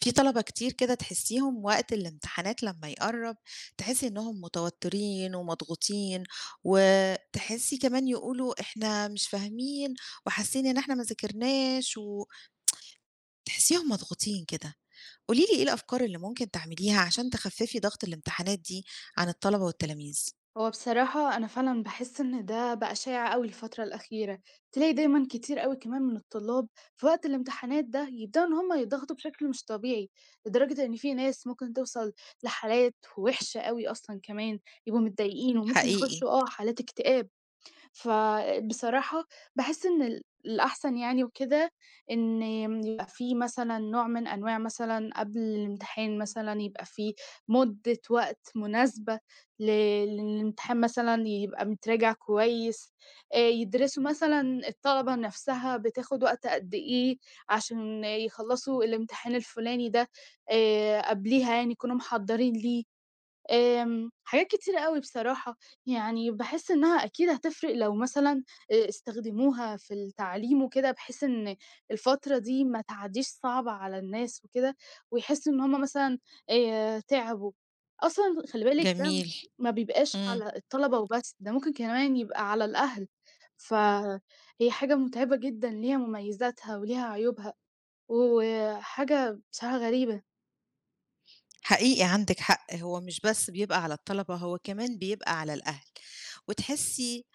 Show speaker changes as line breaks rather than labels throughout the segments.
في طلبة كتير كده تحسيهم وقت الامتحانات لمّا يقرّب، تحسي إنهم متوترين ومضغوطين، وتحسي كمان يقولوا إحنا مش فاهمين وحاسين إن إحنا ما ذاكرناش وتحسيهم مضغوطين كده. قولي لي إيه الأفكار اللي ممكن تعمليها عشان تخففي ضغط الامتحانات دي عن الطلبة والتلاميذ؟
هو بصراحة أنا فعلًا باحس إن ده بقى شائع أوي الفترة الأخيرة، تلاقي دايمًا كتير أوي كمان من الطلاب في وقت الامتحانات ده يبدأوا إن هم يضغطوا بشكل مش طبيعي، لدرجة إن في ناس ممكن توصل لحالات وحشة أوي أصلًا كمان، يبقوا متضايقين وممكن
حقيقي،
يخشوا حالات اكتئاب. فبصراحة باحس إن الأحسن يعني وكده إن يبقى في مثلًا نوع من أنواع مثلًا قبل الامتحان مثلًا يبقى في مدة وقت مناسبة ل للامتحان مثلًا يبقى متراجع كويس، يدرسوا مثلًا الطلبة نفسها بتاخد وقت قد إيه عشان يخلّصوا الامتحان الفلاني ده، قبليها يعني يكونوا محضّرين ليه. حاجات كتيرة أوي بصراحة، يعني باحس إنها أكيد هتفرق لو مثلًا استخدموها في التعليم وكده، بحيث إن الفترة دي ما تعديش صعبة على الناس وكده، ويحسّوا إن هُم مثلًا تعبوا. أصلًا خلّي بالِك ده
جميل،
ما بيبقاش
إمم.
على الطلبة وبس، ده ممكن كمان يبقى على الأهل، فهي حاجة مُتعبة جدًا، ليها مميزاتها وليها عيوبها، وحاجة بصراحة غريبة.
حقيقي عندِك حق، هو مش بس بيبقى على الطلبة، هو كمان بيبقى على الأهل، وتحسّي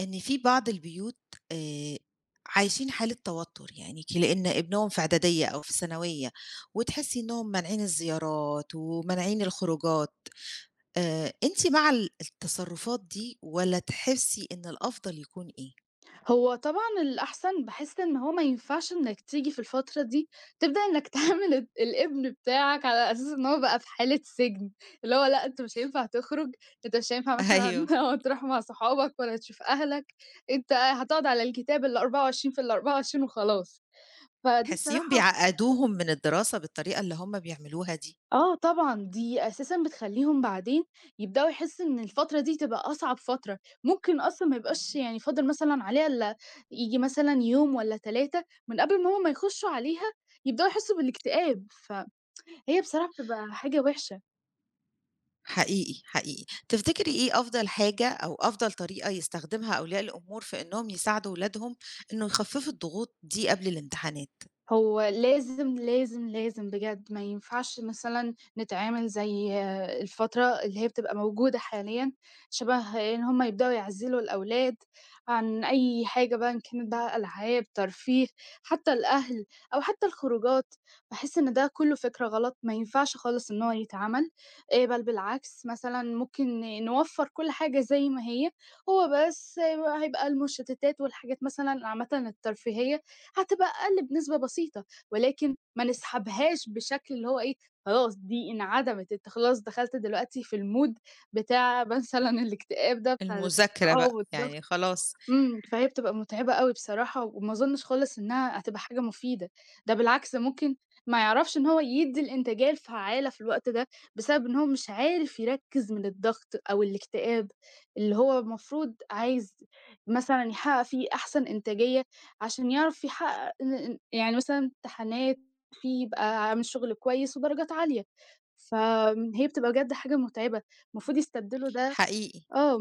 إن في بعض البيوت آآ عايشين حالة توتُّر، يعني لإن ابنهم في إعدادية أو في ثانوية، وتحسّي إنّهم مانعين الزيارات ومانعين الخروجات. أنتِ مع التصرُّفات دي والّا تحسّي إن الأفضل يكون إيه؟
هو طبعًا الأحسن باحس إن هو ما ينفعش إنك تيجي في الفترة دي تبدأ إنك تعامل الابن بتاعك على أساس إن هو بقى في حالة سجن، اللي هو لأ، أنت مش هينفع تخرج، أنت مش هينفع مثلًا
أيوه.
تروح مع صحابك ولا تشوف أهلك، أنت هتقعد على الكتاب ال24 في ال24 وخلاص، فدي
تحسّيهم
بصراحة
بيعقّدوهم من الدراسة بالطريقة اللي هُم بيعملوها دي؟
طبعًا، دي أساسًا بتخلّيهم بعدين يبدؤوا يحسّوا إن الفترة دي تبقى أصعب فترة، ممكن أصلًا ما يبقاش يعني فاضل مثلًا عليها إلا ييجي مثلًا يوم والّا 3 من قبل ما هُم ما يخشّوا عليها، يبدؤوا يحسّوا بالاكتئاب، فهي بصراحة بتبقى حاجة وِحشة.
حقيقي، حقيقي. تفتكري إيه أفضل حاجة أو أفضل طريقة يستخدمها أولياء الأمور في إنّهم يساعدوا ولادهم إنه يخففوا الضغوط دي قبل الامتحانات؟
هو لازم، لازم، لازم بجد ما ينفعش مثلًا نتعامل زي الفترة اللي هي بتبقى موجودة حاليًا، شبه إن هم يبدأوا يعزّلوا الأولاد عن أي حاجة بقى إن كانت بقى ألعاب، ترفيه، حتى الأهل أو حتى الخروجات، باحس إن ده كُلّه فكرة غلط ما ينفعش خالص إن هو يتعمل، بل بالعكس مثلًا ممكن نوفّر كل حاجة زي ما هي، هو بس هيبقى المشتتات والحاجات مثلًا عامةً الترفيهية هتبقى أقل بنسبة بسيطة، ولكن ما نسحبهاش بشكل اللي هو إيه، خلاص دي انعدمت، أنت خلاص دخلت دلوقتي في الmood بتاع مثلًا الاكتئاب ده بتاع الف
المذاكرة
آه
بقى،
والضغط.
يعني خلاص.
فهي بتبقى متعبة أوي بصراحة، وما أظنش خالص إنها هتبقى حاجة مفيدة، ده بالعكس ممكن ما يعرفش إن هو يدّي الإنتاجية الفعّالة في الوقت ده، بسبب إن هو مش عارف يركّز من الضغط أو الاكتئاب، اللي هو المفروض عايز مثلًا يحقق فيه أحسن إنتاجية، عشان يعرف يحقق إن يعني مثلًا امتحانات، فيه يبقى عامل شغل كويس ودرجات عالية، هي بتبقى بجد حاجة متعبة، المفروض يستبدلوا ده
حقيقي،
آه،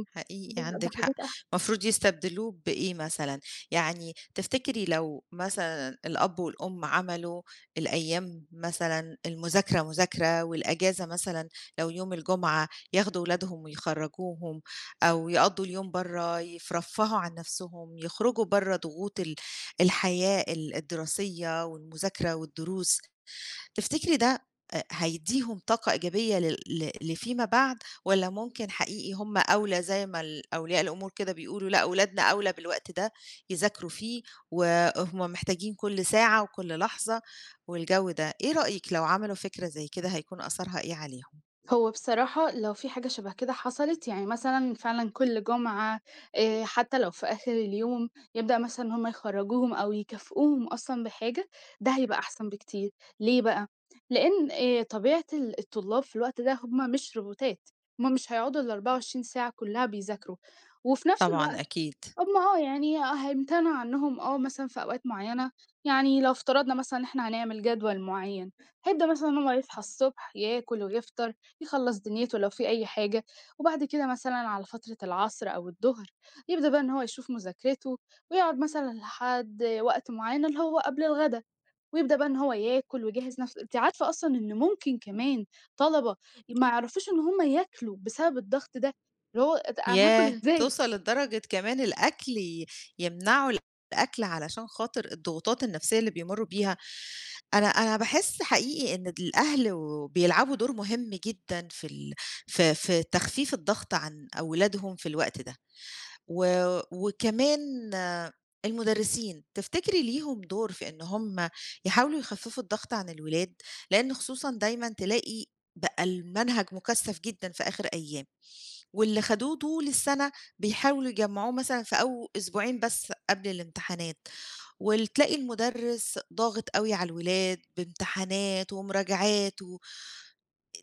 ب
حقيقي عندِك حق،
بحاجات أحسن.
المفروض يستبدلوه بإيه مثلًا؟ يعني تفتكري لو مثلًا الأب والأم عملوا الأيام مثلًا المذاكرة مذاكرة والأجازة مثلًا لو يوم الجمعة ياخدوا ولادهم ويخرّجوهم، أو يقضّوا اليوم برّه يترفّهوا عن نفسهم، يخرجوا برّه ضغوط الحياة الدراسية والمذاكرة والدروس. تفتكري ده هيدّيهم طاقة إيجابية لل ل لفيما بعد، والّا ممكن حقيقي هُم أولى زي ما أولياء الأمور كده بيقولوا لأ ولادنا أولى بالوقت ده يذاكروا فيه، وهُم محتاجين كل ساعة وكل لحظة والجو ده. إيه رأيِك لو عملوا فكرة زي كده هيكون أثرها إيه عليهم؟
هو بصراحة لو في حاجة شبه كده حصلت يعني مثلًا فعلًا كل جمعة، حتى لو في آخر اليوم يبدأ مثلًا إن هم يخرّجوهم أو يكافئوهم أصلًا بحاجة، ده هيبقى أحسن بكتير. ليه بقى؟ لإن طبيعة الطلاب في الوقت ده هم مش روبوتات، هم مش هيقعدوا ال24 ساعة كلها بيذاكروا، وفي نفس
طبعًا
الوقت
أكيد.
هم يعني هيمتنعوا عنّهم مثلًا في أوقات معيّنة، يعني لو افترضنا مثلًا إن إحنا هنعمل جدول معيّن، هيبدأ مثلًا إن هو يصحى الصبح ياكل ويفطر، يخلّص دنيته لو في أي حاجة، وبعد كده مثلًا على فترة العصر أو الضهر، يبدأ بقى إن هو يشوف مذاكرته، ويقعد مثلًا لحد وقت معيّن اللي هو قبل الغدا، ويبدأ بقى إن هو ياكل ويجهّز نفسه. أنتِ عارفة أصلًا إن ممكن كمان طلبة ما يعرفوش إن هم ياكلوا بسبب الضغط ده، اللي هو أنا هاكل
ياه!
إزاي؟
توصل لدرجة كمان الأكل يمنعوا الأكل علشان خاطر الضغوطات النفسية اللي بيمرّوا بيها. أنا باحس حقيقي إن الأهل وبيلعبوا دور مهم جدًا في في في تخفيف الضغط عن أولادهم في الوقت ده. و وكمان آه، المُدرّسين، تفتكري ليهم دور في إن هم يحاولوا يخفّفوا الضغط عن الولاد؟ لإن خصوصًا دايمًا تلاقي بقى المنهج مُكثّف جدًا في آخر أيام. واللي خدوه طول السنة بيحاولوا يجمّعوه مثلًا في أو أسبوعين بس قبل الامتحانات، وتلاقي المُدرِّس ضاغط أوي على الولاد بامتحانات ومراجعات.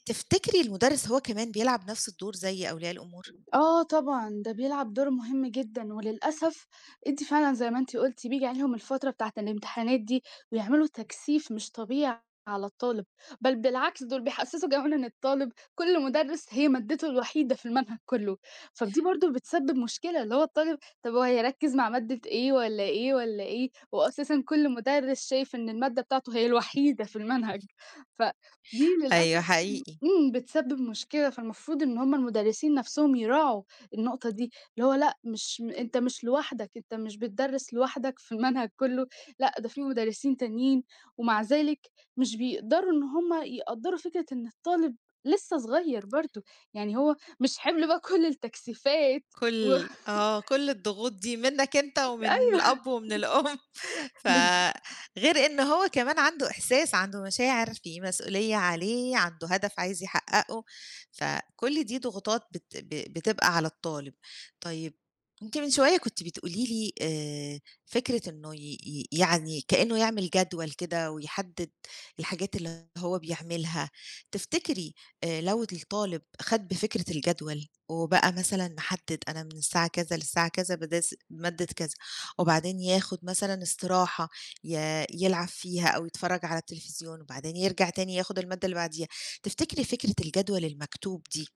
تفتكري المُدرِّس هو كمان بيلعب نفس الدور زي أولياء الأمور؟
آه طبعًا، ده بيلعب دور مهم جدًا، وللأسف أنتِ فعلًا زي ما أنتِ قُلتِ بييجي عليهم الفترة بتاعة الامتحانات دي ويعملوا تكثيف مش طبيعي على الطالب، بل بالعكس دول بيحسّسوا كمان إن الطالب كل مُدرس هي مادته الوحيدة في المنهج كُلّه، فدي برضه بتسبب مشكلة، اللي هو الطالب طَب هو هيركّز مع مادة إيه والّا إيه والّا إيه، وأساسًا كل مُدرس شايف إن المادة بتاعته هي الوحيدة في المنهج، فدي
أيوه
للأسف
حقيقي،
بتسبب مشكلة، فالمفروض إن هُم المدرسين نفسهم يراعوا النقطة دي، اللي هو لأ مش أنت مش لوحدك، أنت مش بتدرس لوحدك في المنهج كله، لأ ده في مدرسين تانيين، ومع ذلك مش بيقدروا إن هُم يقدّروا فكرة إن الطالب لسه صغير برضه، يعني هو مش حِمل بقى كل التكثيفات و
كل آه، كل الضغوط دي منّك أنت ومن
أيوه.
الأب ومن الأم. فغير إن هو كمان عنده إحساس، عنده مشاعر، في مسؤولية عليه، عنده هدف عايز يحققه، فكل دي ضغوطات بت ب بتبقى على الطالب. طيب أنتِ من شوية كنتِ بتقولي لي فكرة إنه ي ي يعني كأنه يعمل جدول كده ويحدد الحاجات اللي هو بيعملها. تفتكري لو الطالب خَد بفكرة الجدول وبقى مثلًا محدد أنا من الساعة كذا للساعة كذا بادرس مادة كذا وبعدين ياخد مثلًا استراحة ي يلعب فيها أو يتفرّج على التلفزيون، وبعدين يرجع تاني ياخد المادة اللي بعديها. تفتكري فكرة الجدول المكتوب دي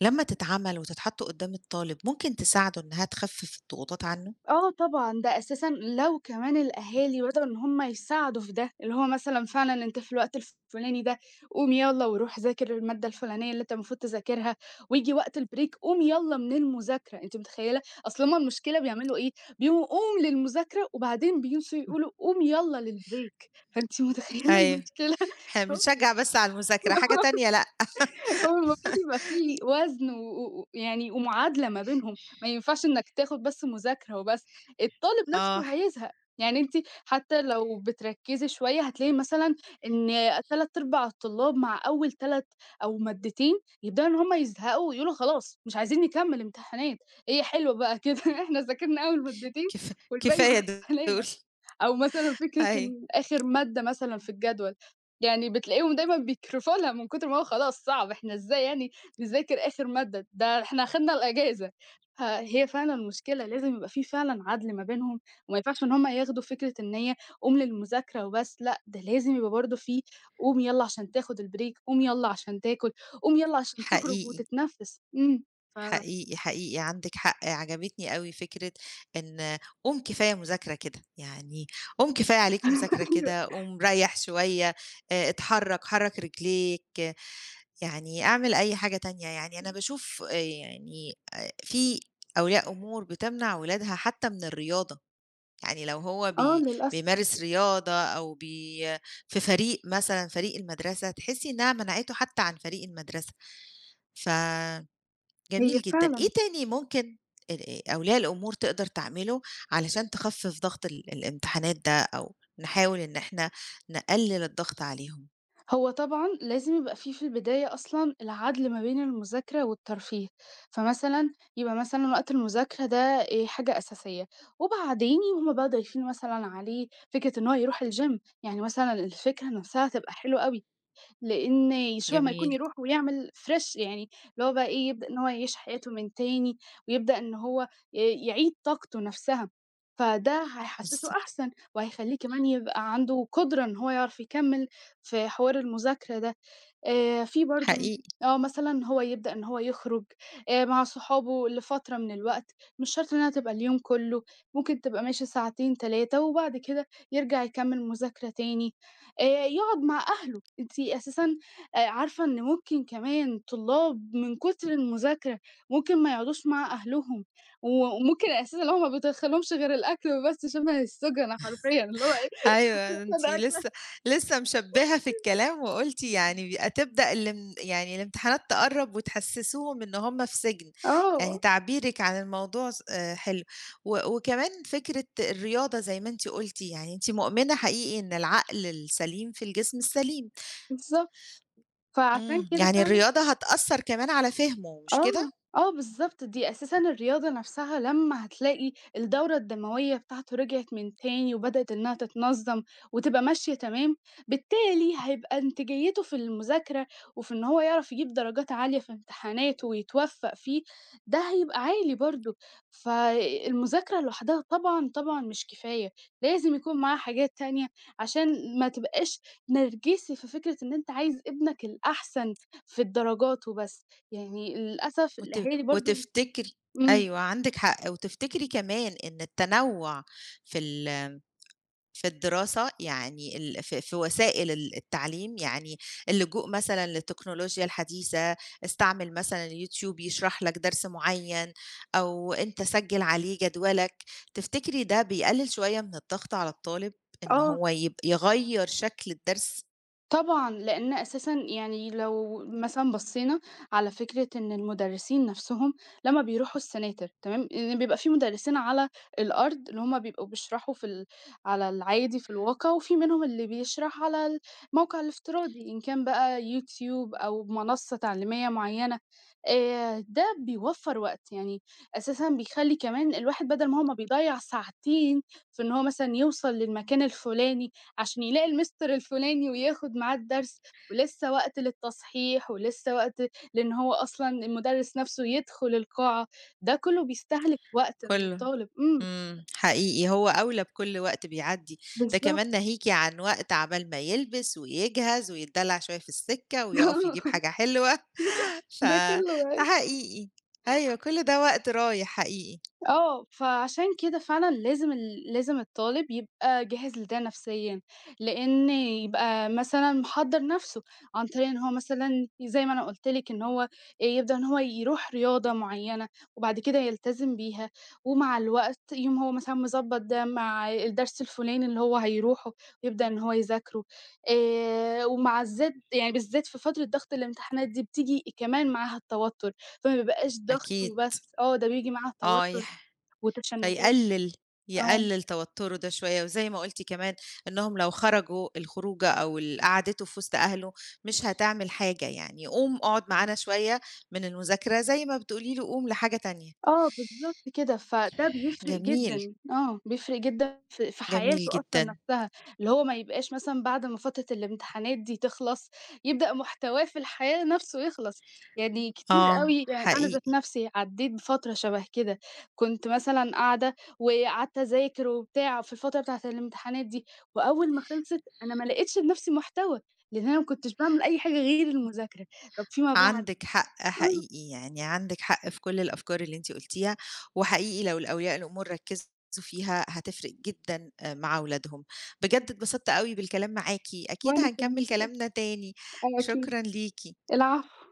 لمّا تتعمل وتتحط قدّام الطالب ممكن تساعده إنها تخفف الضغوطات عنه؟
آه طبعًا، ده أساسًا لو كمان الأهالي بدأوا إن هم يساعدوا في ده، اللي هو مثلًا فعلًا أنت في الوقت الفلاني ده قوم يالّا وروح ذاكر المادة الفلانية اللي أنت المفروض تذاكرها، وييجي وقت الbreak قوم يالّا من المذاكرة، أنتِ متخيلة؟ أصل هم المشكلة بيعملوا إيه، بيقوموا قوم للمذاكرة وبعدين بينسوا يقولوا قوم يالّا للbreak، فأنتِ متخيلة
أيوه.
المشكلة؟
إحنا بنشجّع بس على المذاكرة، حاجة تانية لأ.
هو المفروض يبقى في وزن و و ويعني ومعادلة ما بينهم، ما ينفعش إنّك تاخد بس مذاكرة وبس، الطالب
آه،
نَفْسه هيزهق، يعني أنتِ حتى لو بتركّزي شوية هتلاقي مثلًا إن 3/4 الطلاب مع أول 3 أو مادتين يبدأوا إن هم يزهقوا ويقولوا خلاص مش عايزين نكمّل امتحانات، هي حلوة بقى كده إحنا ذاكرنا أول مادتين
كف
والباقي
كفاية
مع
دول.
السلامة. أو مثلًا فكرة
أيوه.
إن آخر مادة مثلًا في الجدول، يعني بتلاقيهم دايمًا بيكرفوا لها من كتر ما هو خلاص صعب، إحنا إزاي يعني نذاكر آخر مادة، ده إحنا أخدنا الأجازة. فهي فعلًا مشكلة، لازم يبقى في فعلًا عدْل ما بينهم، وما ينفعش إن هُم ياخدوا فكرة إن هي قوم للمذاكرة وبس، لأ، ده لازم يبقى برضه في قوم يالّا عشان تاخد الbreak، قوم يالّا عشان تاكل، قوم يالّا عشان تخرج
حقيقي.
وتتنفس. إمم. ف
حقيقي، حقيقي عندِك حق، عجبتني أوي فكرة إن قُم كفاية مذاكرة كده، يعني قُم كفاية عليك مذاكرة
أيوه،
كده، قُم ريّح شوية، اتحرّك، حرّك رجليك، آه، يعني اعمل أي حاجة تانية. يعني أنا باشوف في أولياء أمور بتمنع ولادها حتى من الرياضة، يعني لو هو
آه للأسف،
بيمارس رياضة أو في فريق مثلًا، فريق المدرسة، تحسّي إنها منعته حتى عن فريق المدرسة. ف
هي
جميل جدًا. إيه
فعلًا
تاني ممكن أولياء الأمور تقدر تعمله علشان تخفِّف ضغط الامتحانات ده أو نحاول إن إحنا نقلِّل الضغط عليهم؟
هو طبعا لازم يبقى فيه في البداية أصلا العدل ما بين المذاكرة والترفيه، فمثلا يبقى مثلا وقت المذاكرة ده إيه حاجة أساسية، وبعدين هما بقى ضايفين مثلا عليه فكرة إن هو يروح الجيم، يعني مثلا الفكرة نفسها تبقى حلوة قوي، لإن يشوع أمّا
جميل.
يكون يروح ويعمل fresh يعني اللي هو بقى إيه، يبدأ إن هو يعيش حياته من تاني، ويبدأ إن هو يعيد طاقته نَفْسها، فده هيحسّسه
بالضبط،
أحسن، وهيخلّيه كمان يبقى عنده قدرة إن هو يعرف يكمّل في حوار المذاكرة ده. في برضه
حقيقي.
مثلًا هو يبدأ إن هو يخرج مع صحابه لفترة من الوقت، مش شرط إنها تبقى اليوم كُلّه، ممكن تبقى ماشي ساعتين 3 وبعد كده يرجع يكمّل مذاكرة تاني، يقعد مع أهله، أنتِ أساسًا عارفة إن ممكن كمان طلاب من كتر المذاكرة ممكن ما يقعدوش مع أهلهم، وممكن أساسًا اللي هو ما بيدخّلهمش غير الأكل بس شبه السُجَنة حرفيًا اللي هو إيه
أيوه، أنتِ
ده
لسه
أكل.
لسه مشبِّهة في الكلام وقُلتِ يعني بيبقى تبدأ الامتحانات تقرَّب وتحسِّسوهم إن هم في سجن. يعني
آه،
تعبيرِك عن الموضوع س حلو. وكمان فكرة الرياضة زي ما أنتِ قُلتِ، يعني أنتِ مؤمنة حقيقي إن العقل السليم في الجسم السليم.
بالضبط، فعشان
إمم،
كده
يعني
فعلًا.
الرياضة هتأثّر كمان على فهمه مش
آه،
كده؟
آه بالضبط، دي أساسًا الرياضة نفْسها لمّا هتلاقي الدورة الدموية بتاعته رجعت من تاني وبدأت إنها تتنظّم وتبقى ماشية تمام، بالتالي هيبقى إنتاجيته في المذاكرة وفي إن هو يعرف يجيب درجات عالية في امتحاناته ويتوفّق فيه، ده هيبقى عالي برضه. فالمذاكرة لوحدها طبعًا، طبعًا مش كفاية، لازم يكون معاه حاجات تانية عشان ما تبقاش نرجسي في فكرة إن أنت عايز ابنك الأحسن في الدرجات وبس. يعني للأسف الأهالي برضه.
وتفتكري
إمم.
أيوه عندِك حق، وتفتكري كمان إن التنوع في في الدراسة يعني ال في في وسائل التعليم، يعني اللجوء مثلًا للتكنولوجيا الحديثة، استعمل مثلًا اليوتيوب يشرح لك درس معيّن، أو أنت سجّل عليه جدولك، تفتكري ده بيقلل شوية من الضغط على الطالب إن
آه،
هو يغيّر شكل الدرس
طبعًا، لإن أساسًا يعني لو مثلًا بصّينا على فكرة إن المُدرّسين نَفْسهم لمّا بيروحوا السناتر تمام، لإن بيبقى في مُدرّسين على الأرض اللي هُم بيبقوا بيشرحوا في ال على العادي في الواقع، وفي منهم اللي بيشرح على الموقع الافتراضي إن كان بقى يوتيوب أو منصّة تعليمية معيّنة، ده بيوفّر وقت، يعني أساسًا بيخلّي كمان الواحد بَدَل ما هو ما بيضيّع ساعتين في إن هو مثلًا يوصل للمكان الفُلاني عشان يلاقي المستر الفلاني وياخد معاه الدرس، ولسه وقت للتصحيح، ولسه وقت لإن هو أصلًا المدرس نفسه يدخل القاعة، ده كلّه بيستهلك وقت من
كلّه؟
الطالب. إمم.
إمم، حقيقي هو أولى بكل وقت بيعدّي، ده كمان
بالضبط، آه.
ناهيكِ عن وقت عبال ما يلبس ويجهز ويتدلّع شوية في السكة ويقف يجيب حاجة حلوة، ف
ده كلّه.
ده حقيقي، أيوه كل ده وقت رايح حقيقي،
آه، فعشان كده فعلًا لازم لازم الطالب يبقى جاهز لده نفسيًا، لإن يبقى مثلًا محضّر نفسه عن طريق إن هو مثلًا زي ما أنا قُلت لِك إن هو يبدأ إن هو يروح رياضة معيّنة وبعد كده يلتزم بيها، ومع الوقت يقوم هو مثلًا مضبّط ده مع الدرس الفلاني اللي هو هيروحه ويبدأ إن هو يذاكره، ومع الزاد يعني بالذات في فترة ضغط الامتحانات دي بتيجي كمان معاها التوتر، فما بيبقاش ضغط
أكيد
وبس، ده بييجي معاها
آه،
التوتر.
يح
وتشنجات.
فيقلل
آه،
توتُّره ده شوية، وزي ما قُلتِ كمان إنهم لو خرجوا الخروجة أو قعدته في وسط أهله مش هتعمل حاجة يعني، قوم اقعد معانا شوية من المذاكرة زي ما بتقولي له قوم لحاجة تانية.
آه بالضبط كده، فده بيفرق
جميل.
جدًا، بيفرق جدًا في
جميل
حياته أصلًا
جدًا،
نفسها، اللي هو ما يبقاش مثلًا بعد ما فترة الامتحانات دي تخلص، يبدأ محتواه في الحياة نفسه يخلص، يعني كتير
آه
أوي يعني أنا ذات
حقيقي،
نفسي عدّيت بفترة شبه كده، كنت مثلًا قاعدة وقعدت أذاكر وبتاع في الفترة بتاعة الامتحانات دي، وأول ما خلصت أنا ما لقيتش لنفسي محتوى، لإن أنا ما كنتش باعمل أي حاجة غير المذاكرة، طب فيما بعد.
عندِك حق
آه،
حقيقي، يعني عندِك حق في كل الأفكار اللي أنتِ قُلتيها، وحقيقي لو الأولياء الأمور ركّزوا فيها هتفرق جدًا مع ولادهم. بجد اتبسطت أوي بالكلام معاكِ، أكيد
وأنا كمان.
هنكمّل كلامنا تاني،
آه أكيد،
شكرًا ليكِ.
العفو.